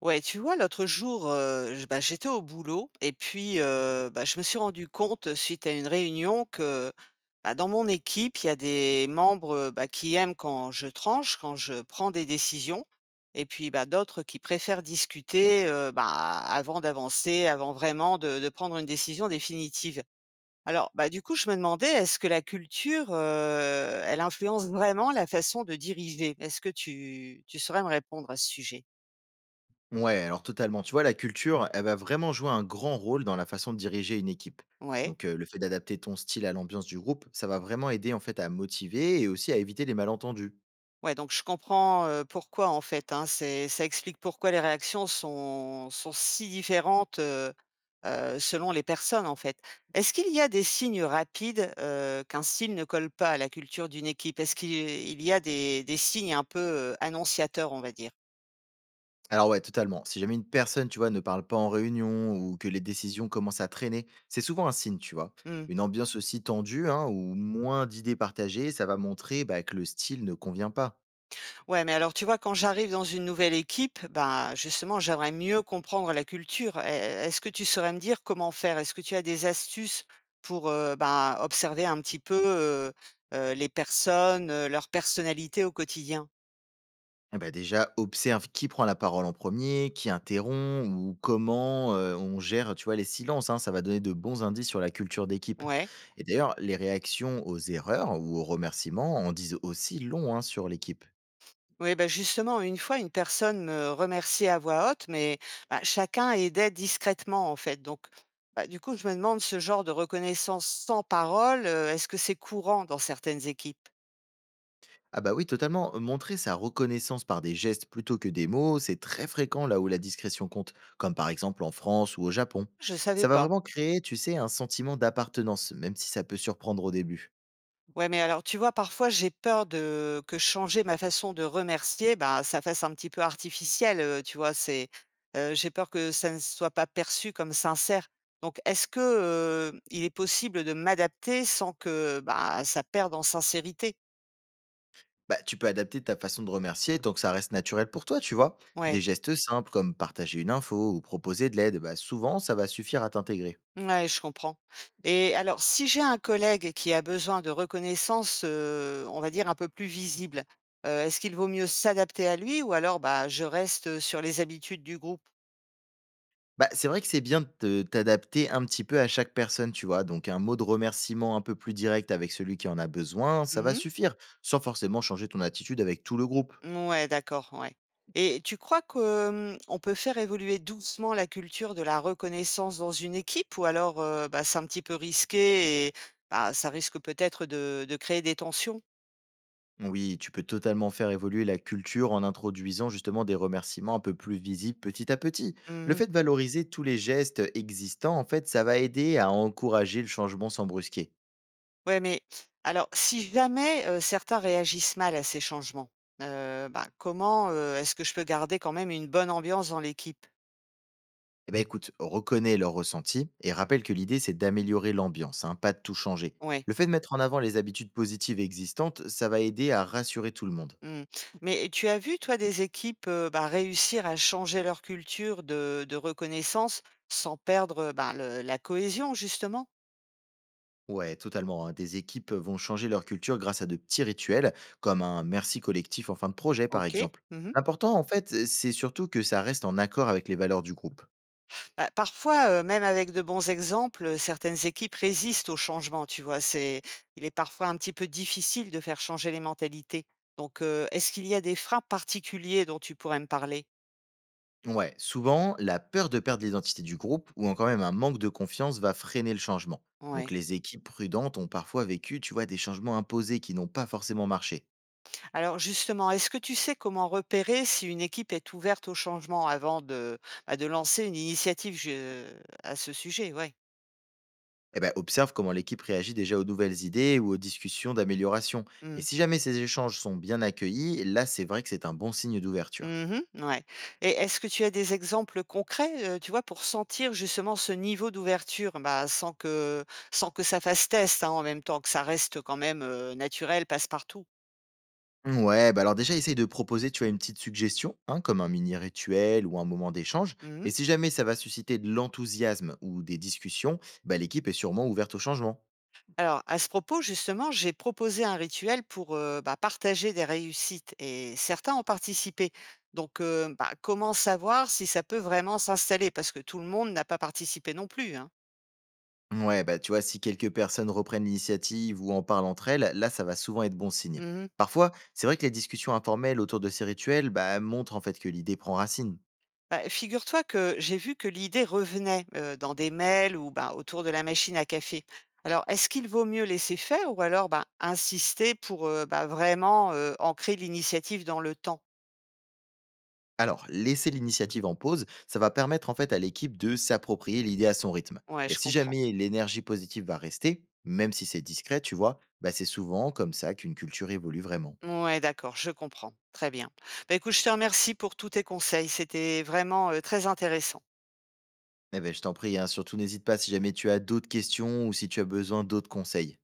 Ouais, tu vois, l'autre jour, j'étais au boulot et puis, je me suis rendu compte suite à une réunion que, dans mon équipe, il y a des membres, qui aiment quand je tranche, quand je prends des décisions et puis, bah, d'autres qui préfèrent discuter, avant d'avancer, avant vraiment de prendre une décision définitive. Alors, bah, du coup, je me demandais, est-ce que la culture, elle influence vraiment la façon de diriger? Est-ce que tu saurais me répondre à ce sujet? Ouais, alors totalement. Tu vois, la culture, elle va vraiment jouer un grand rôle dans la façon de diriger une équipe. Ouais. Donc, le fait d'adapter ton style à l'ambiance du groupe, ça va vraiment aider en fait à motiver et aussi à éviter les malentendus. Ouais, donc je comprends, pourquoi en fait, hein. C'est ça explique pourquoi les réactions sont si différentes, selon les personnes, en fait. Est-ce qu'il y a des signes rapides, qu'un style ne colle pas à la culture d'une équipe? Est-ce qu'il y a des signes un peu, annonciateurs, on va dire? Alors ouais, totalement. Si jamais une personne, tu vois, ne parle pas en réunion ou que les décisions commencent à traîner, c'est souvent un signe, tu vois. Mmh. Une ambiance aussi tendue hein, ou moins d'idées partagées, ça va montrer bah, que le style ne convient pas. Ouais, mais alors tu vois, quand j'arrive dans une nouvelle équipe, ben justement, j'aimerais mieux comprendre la culture. Est-ce que tu saurais me dire comment faire? Est-ce que tu as des astuces pour ben, observer un petit peu les personnes, leur personnalité au quotidien? Eh ben déjà, observe qui prend la parole en premier, qui interrompt ou comment on gère, tu vois, les silences, hein. Ça va donner de bons indices sur la culture d'équipe. Ouais. Et d'ailleurs, les réactions aux erreurs ou aux remerciements en disent aussi long hein, sur l'équipe. Oui, ben justement, une fois, une personne me remerciait à voix haute, mais ben, chacun aidait discrètement, en fait. Donc, ben, du coup, je me demande ce genre de reconnaissance sans parole, est-ce que c'est courant dans certaines équipes? Ah bah oui, totalement. Montrer sa reconnaissance par des gestes plutôt que des mots, c'est très fréquent là où la discrétion compte, comme par exemple en France ou au Japon. Je savais Ça va pas. vraiment créer, tu sais, un sentiment d'appartenance, même si ça peut surprendre au début. Ouais, mais alors, tu vois, parfois, j'ai peur de que changer ma façon de remercier, bah, ça fasse un petit peu artificiel, tu vois? J'ai peur que ça ne soit pas perçu comme sincère. Donc, est-ce que, il est possible de m'adapter sans que, bah, ça perde en sincérité? Bah, tu peux adapter ta façon de remercier tant que ça reste naturel pour toi, tu vois. Des Ouais, gestes simples comme partager une info ou proposer de l'aide, bah, souvent ça va suffire à t'intégrer. ouais, je comprends. Et alors, si j'ai un collègue qui a besoin de reconnaissance, on va dire un peu plus visible, est-ce qu'il vaut mieux s'adapter à lui ou alors, bah, je reste sur les habitudes du groupe? Bah, c'est vrai que c'est bien de t'adapter un petit peu à chaque personne, tu vois. Donc un mot de remerciement un peu plus direct avec celui qui en a besoin, ça va Mmh. suffire, sans forcément changer ton attitude avec tout le groupe. Ouais, d'accord, ouais. Et tu crois que, mmh, on peut faire évoluer doucement la culture de la reconnaissance dans une équipe ou alors, bah, c'est un petit peu risqué et bah, ça risque peut-être de créer des tensions? Oui, tu peux totalement faire évoluer la culture en introduisant justement des remerciements un peu plus visibles petit à petit. Le Mmh. fait de valoriser tous les gestes existants, en fait, ça va aider à encourager le changement sans brusquer. Ouais, mais alors si jamais, certains réagissent mal à ces changements, bah, comment est-ce que je peux garder quand même une bonne ambiance dans l'équipe? Eh ben écoute, reconnais leurs ressentis et rappelle que l'idée c'est d'améliorer l'ambiance, hein, pas de tout changer. Ouais. Le fait de mettre en avant les habitudes positives existantes, ça va aider à rassurer tout le monde. Mmh. Mais tu as vu, toi, des équipes, bah, réussir à changer leur culture de reconnaissance sans perdre, ben, le la cohésion, justement? Ouais, totalement, hein. Des équipes vont changer leur culture grâce à de petits rituels, comme un merci collectif en fin de projet, par OK. exemple. Mmh. L'important, en fait, c'est surtout que ça reste en accord avec les valeurs du groupe. Bah, parfois, même avec de bons exemples, certaines équipes résistent au changement, tu vois? C'est il est parfois un petit peu difficile de faire changer les mentalités. Donc, est-ce qu'il y a des freins particuliers dont tu pourrais me parler? Ouais, souvent, la peur de perdre l'identité du groupe ou encore même un manque de confiance va freiner le changement. Donc, Ouais. les équipes prudentes ont parfois vécu, tu vois, des changements imposés qui n'ont pas forcément marché. Alors justement, est-ce que tu sais comment repérer si une équipe est ouverte au changement avant de, bah, de lancer à ce sujet? Ouais. Eh ben, observe comment l'équipe réagit déjà aux nouvelles idées ou aux discussions d'amélioration. Et Mm. si jamais ces échanges sont bien accueillis, là, c'est vrai que c'est un bon signe d'ouverture. Mhm, ouais. Et est-ce que tu as des exemples concrets, tu vois, pour sentir justement ce niveau d'ouverture, bah, sans que ça fasse test, hein, en même temps que ça reste quand même naturel, passe-partout. Ouais, bah alors déjà, essaye de proposer, tu vois, une petite suggestion, hein, comme un mini rituel ou un moment d'échange. Et si jamais ça va susciter de l'enthousiasme ou des discussions, bah, l'équipe est sûrement ouverte au changement. Alors, à ce propos, justement, j'ai proposé un rituel pour bah, partager des réussites et certains ont participé. Donc, bah, comment savoir si ça peut vraiment s'installer? Parce que tout le monde n'a pas participé non plus, hein. Ouais, bah tu vois, si quelques personnes reprennent l'initiative ou en parlent entre elles, là, ça va souvent être bon signe. Mhm. Parfois, c'est vrai que les discussions informelles autour de ces rituels, bah, montrent en fait que l'idée prend racine. Bah, figure-toi que j'ai vu que l'idée revenait dans des mails ou bah, autour de la machine à café. Alors, est-ce qu'il vaut mieux laisser faire ou alors bah, insister pour bah, vraiment ancrer l'initiative dans le temps? Alors, laisser l'initiative en pause, ça va permettre en fait à l'équipe de s'approprier l'idée à son rythme. Ouais, Et je si comprends. jamais l'énergie positive va rester, même si c'est discret, tu vois, bah c'est souvent comme ça qu'une culture évolue vraiment. Ouais, d'accord, je comprends. Très bien. Bah, écoute, je te remercie pour tous tes conseils. C'était vraiment, très intéressant. Eh ben, je t'en prie, hein, surtout n'hésite pas si jamais tu as d'autres questions ou si tu as besoin d'autres conseils.